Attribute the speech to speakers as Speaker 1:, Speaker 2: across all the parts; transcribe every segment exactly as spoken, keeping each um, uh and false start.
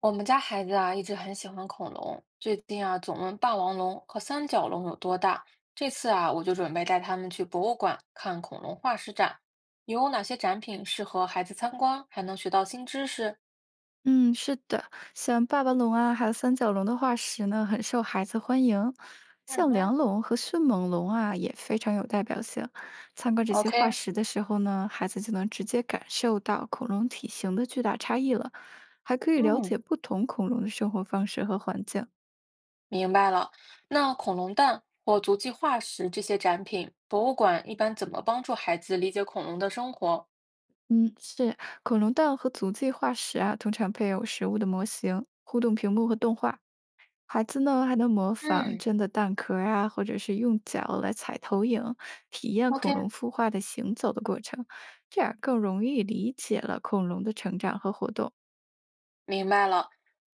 Speaker 1: 我们家孩子啊，一直很喜欢恐龙，最近啊总问霸王龙和三角龙有多大。这次啊，我就准备带他们去博物馆看恐龙化石展，有哪些展品适合孩子参观，还能学到新知识？
Speaker 2: 嗯，是的，像霸王龙啊，还有三角龙的化石呢，很受孩子欢迎。
Speaker 1: 嗯
Speaker 2: 像
Speaker 1: 哼，
Speaker 2: 梁龙和迅猛龙啊，也非常有代表性。参观这些化
Speaker 1: ？OK，
Speaker 2: 石的时候呢，孩子就能直接感受到恐龙体型的巨大差异了，还可以了
Speaker 1: 嗯，
Speaker 2: 解不同恐龙的生活方式和环境。
Speaker 1: 明白了。那恐龙蛋或足迹化石这些展品，博物馆一般怎么帮助孩子理解恐龙的生活？
Speaker 2: 嗯，是恐龙蛋和足迹化石啊，通常配有实物的模型、互动屏幕和动画，孩子呢还能模仿
Speaker 1: 嗯
Speaker 2: 真的蛋壳儿啊，或者是用脚来踩投影，体验恐
Speaker 1: ，OK。
Speaker 2: 龙孵化的行走的过程，这样更容易理解了恐龙的成长和活动。
Speaker 1: 明白了。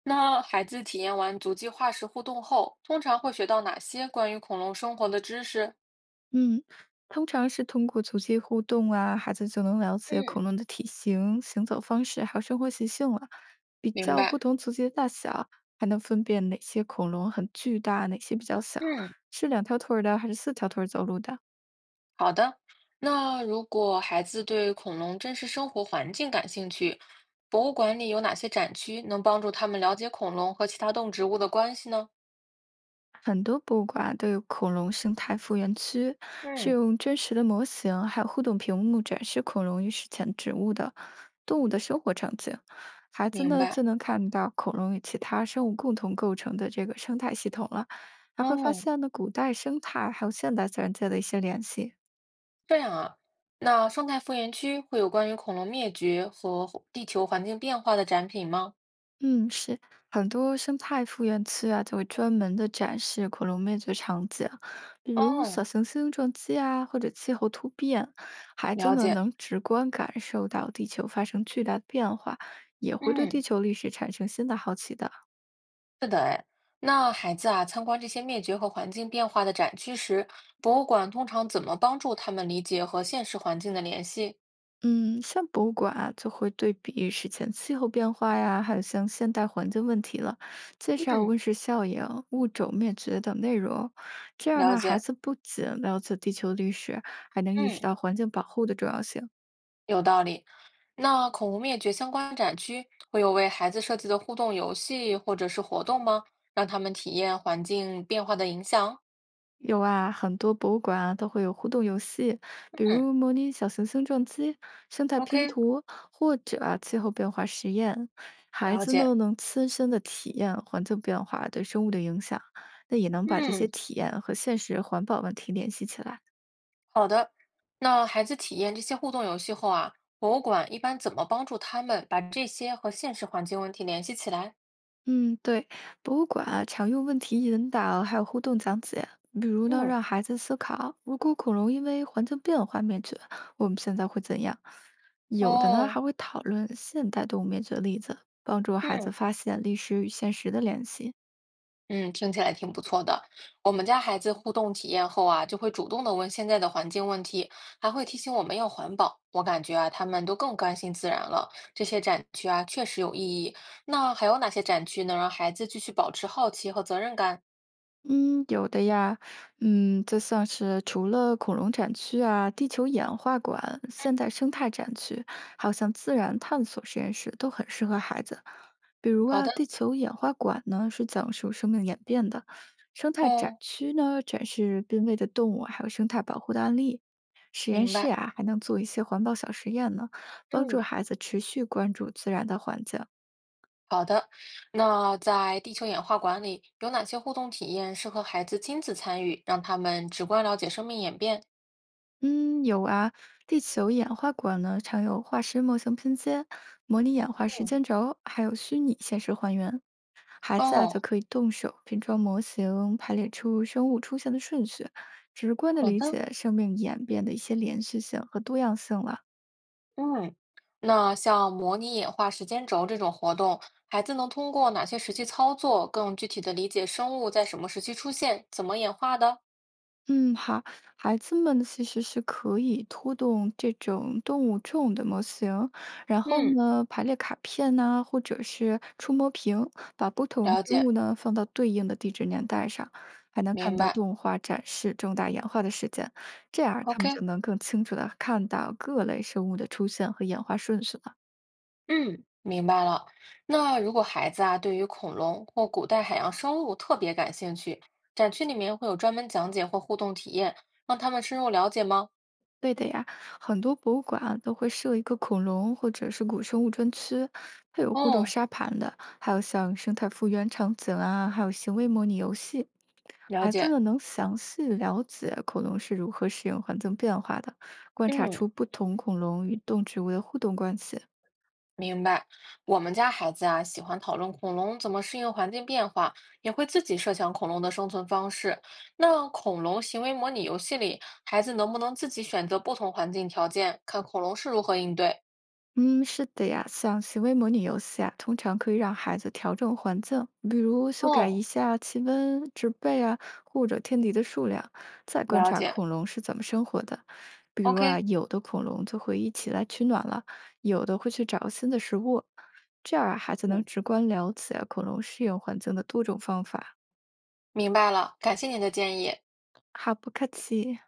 Speaker 1: 那孩子体验完足迹化石互动后，通常会学到哪些关于恐龙生活的知识？
Speaker 2: 嗯，通常是通过足迹互动啊，孩子就能了解恐
Speaker 1: 嗯，
Speaker 2: 龙的体型、行走方式还有生活习性了。比
Speaker 1: 明
Speaker 2: 较不
Speaker 1: 白。
Speaker 2: 同足迹的大小，还能分辨哪些恐龙很巨大，哪些比较小，
Speaker 1: 嗯，
Speaker 2: 是两条腿儿的还是四条腿儿走路的。
Speaker 1: 好的。那如果孩子对恐龙真实生活环境感兴趣，博物馆里有哪些展区能帮助他们了解恐龙和其他动植物的关系呢？
Speaker 2: 很多博物馆都有恐龙生态复原区，是
Speaker 1: 嗯，
Speaker 2: 用真实的模型还有互动屏幕展示恐龙与史前植物的动物的生活场景。孩子
Speaker 1: 明
Speaker 2: 呢
Speaker 1: 白。
Speaker 2: 就能看到恐龙与其他生物共同构成的这个生态系统了，还会发
Speaker 1: 哦，
Speaker 2: 现呢古代生态还有现代自然界的一些联系。
Speaker 1: 这样啊。那生态复原区会有关于恐龙灭绝和地球环境变化的展品吗？
Speaker 2: 嗯，是很多生态复原区啊，就会专门的展示恐龙灭绝场景，比如小
Speaker 1: 哦，
Speaker 2: 行星撞击啊，或者气候突变，孩子
Speaker 1: 了
Speaker 2: 们
Speaker 1: 解。
Speaker 2: 能直观感受到地球发生巨大的变化，也会对
Speaker 1: 嗯。
Speaker 2: 地球历史产生新的好奇的。
Speaker 1: 的哎，那孩子啊，参观这些灭绝和环境变化的展区时，博物馆通常怎么帮助他们理解和现实环境的联系？
Speaker 2: 嗯，像博物馆啊就会对比史前气候变化呀，还有像现代环境问题了，介绍
Speaker 1: 嗯，
Speaker 2: 温室效应、物种灭绝等内容。这样
Speaker 1: 了
Speaker 2: 呢，孩
Speaker 1: 解，
Speaker 2: 子不仅了解地球历史，还能意识
Speaker 1: 嗯，
Speaker 2: 到环境保护的重要性。
Speaker 1: 有道理。那恐龙灭绝相关展区会有为孩子设计的互动游戏或者是活动吗？让他们体验环境变化的影响？
Speaker 2: 有啊，很多博物馆啊都会有互动游戏，比
Speaker 1: 嗯
Speaker 2: 如模拟小行星撞击、生态拼
Speaker 1: ，OK，
Speaker 2: 图，或者啊气候变化实验。孩
Speaker 1: 了
Speaker 2: 子
Speaker 1: 解。
Speaker 2: 呢能亲身的体验环境变化对生物的影响，那也能把这些
Speaker 1: 嗯，
Speaker 2: 体验和现实环保问题联系起来。
Speaker 1: 好的。那孩子体验这些互动游戏后啊，博物馆一般怎么帮助他们把这些和现实环境问题联系起来？
Speaker 2: 嗯，对，博物馆啊，常用问题引导，还有互动讲解，比如呢，
Speaker 1: 嗯，
Speaker 2: 让孩子思考，如果恐龙因为环境变化灭绝，我们现在会怎样？有的呢，
Speaker 1: 哦，
Speaker 2: 还会讨论现代动物灭绝的例子，帮助孩子
Speaker 1: 嗯，
Speaker 2: 发现历史与现实的联系。
Speaker 1: 嗯，听起来挺不错的。我们家孩子互动体验后啊，就会主动的问现在的环境问题，还会提醒我们要环保。我感觉啊，他们都更关心自然了。这些展区啊，确实有意义。那还有哪些展区能让孩子继续保持好奇和责任感？
Speaker 2: 嗯，有的呀，嗯，就像是除了恐龙展区啊、地球演化馆、现代生态展区，还有像自然探索实验室，都很适合孩子。比如
Speaker 1: 好
Speaker 2: 啊，
Speaker 1: 的，
Speaker 2: 地球演化馆呢是讲述生命演变的，生态展
Speaker 1: 哦，
Speaker 2: 区呢展示濒危的动物，还有生态保护的案例。实验
Speaker 1: 明
Speaker 2: 室
Speaker 1: 白。
Speaker 2: 啊，还能做一些环保小实验呢，帮助
Speaker 1: 嗯，
Speaker 2: 孩子持续关注自然的环境。
Speaker 1: 好的。那在地球演化馆里，有哪些互动体验适合孩子亲自参与，让他们直观了解生命演变？
Speaker 2: 嗯，有啊，地球演化馆呢常有化石模型拼接、模拟演化时
Speaker 1: 嗯，
Speaker 2: 间轴，还有虚拟现实还原。孩子啊就
Speaker 1: 哦，
Speaker 2: 可以动手拼装模型，排列出生物出现的顺序，直观的
Speaker 1: 好
Speaker 2: 理
Speaker 1: 的。
Speaker 2: 解生命演变的一些连续性和多样性了。
Speaker 1: 嗯，那像模拟演化时间轴这种活动，孩子能通过哪些实际操作，更具体的理解生物在什么时期出现，怎么演化的？
Speaker 2: 嗯，好，孩子们其实是可以拖动这种动物种的模型，然后
Speaker 1: 嗯，
Speaker 2: 呢，排列卡片呐、或者是触摸屏，把不同
Speaker 1: 了
Speaker 2: 生
Speaker 1: 解，
Speaker 2: 物呢放到对应的地质年代上，还能看
Speaker 1: 明
Speaker 2: 到
Speaker 1: 白。
Speaker 2: 动画展示重大演化的事件，这样他们
Speaker 1: OK，
Speaker 2: 就能更清楚的看到各类生物的出现和演化顺序了。
Speaker 1: 嗯，明白了。那如果孩子啊，对于恐龙或古代海洋生物特别感兴趣，展区里面会有专门讲解或互动体验，让他们深入了解吗？
Speaker 2: 对的呀，很多博物馆啊都会设一个恐龙或者是古生物专区，它有互动
Speaker 1: 哦，
Speaker 2: 沙盘的，还有像生态复原场景啊，还有行为模拟游戏，
Speaker 1: 了
Speaker 2: 孩子
Speaker 1: 解。
Speaker 2: 呢能详细了解恐龙是如何适应环境变化的，观察
Speaker 1: 嗯。
Speaker 2: 出不同恐龙与动植物的互动关系。
Speaker 1: 明白，我们家孩子啊喜欢讨论恐龙怎么适应环境变化，也会自己设想恐龙的生存方式。那恐龙行为模拟游戏里，孩子能不能自己选择不同环境条件，看恐龙是如何应对？
Speaker 2: 嗯，是的呀，像行为模拟游戏啊，通常可以让孩子调整环境，比如修改一
Speaker 1: 哦，
Speaker 2: 下气温、植被啊，或者天敌的数量，再观
Speaker 1: 了
Speaker 2: 察
Speaker 1: 解。
Speaker 2: 恐龙是怎么生活的。比如啊，
Speaker 1: OK，
Speaker 2: 有的恐龙就会一起来取暖了，有的会去找新的食物，这样啊孩子能
Speaker 1: 嗯，
Speaker 2: 直观了解恐龙适应环境的多种方法。
Speaker 1: 明白了，感谢您的建议。
Speaker 2: 哈不客气。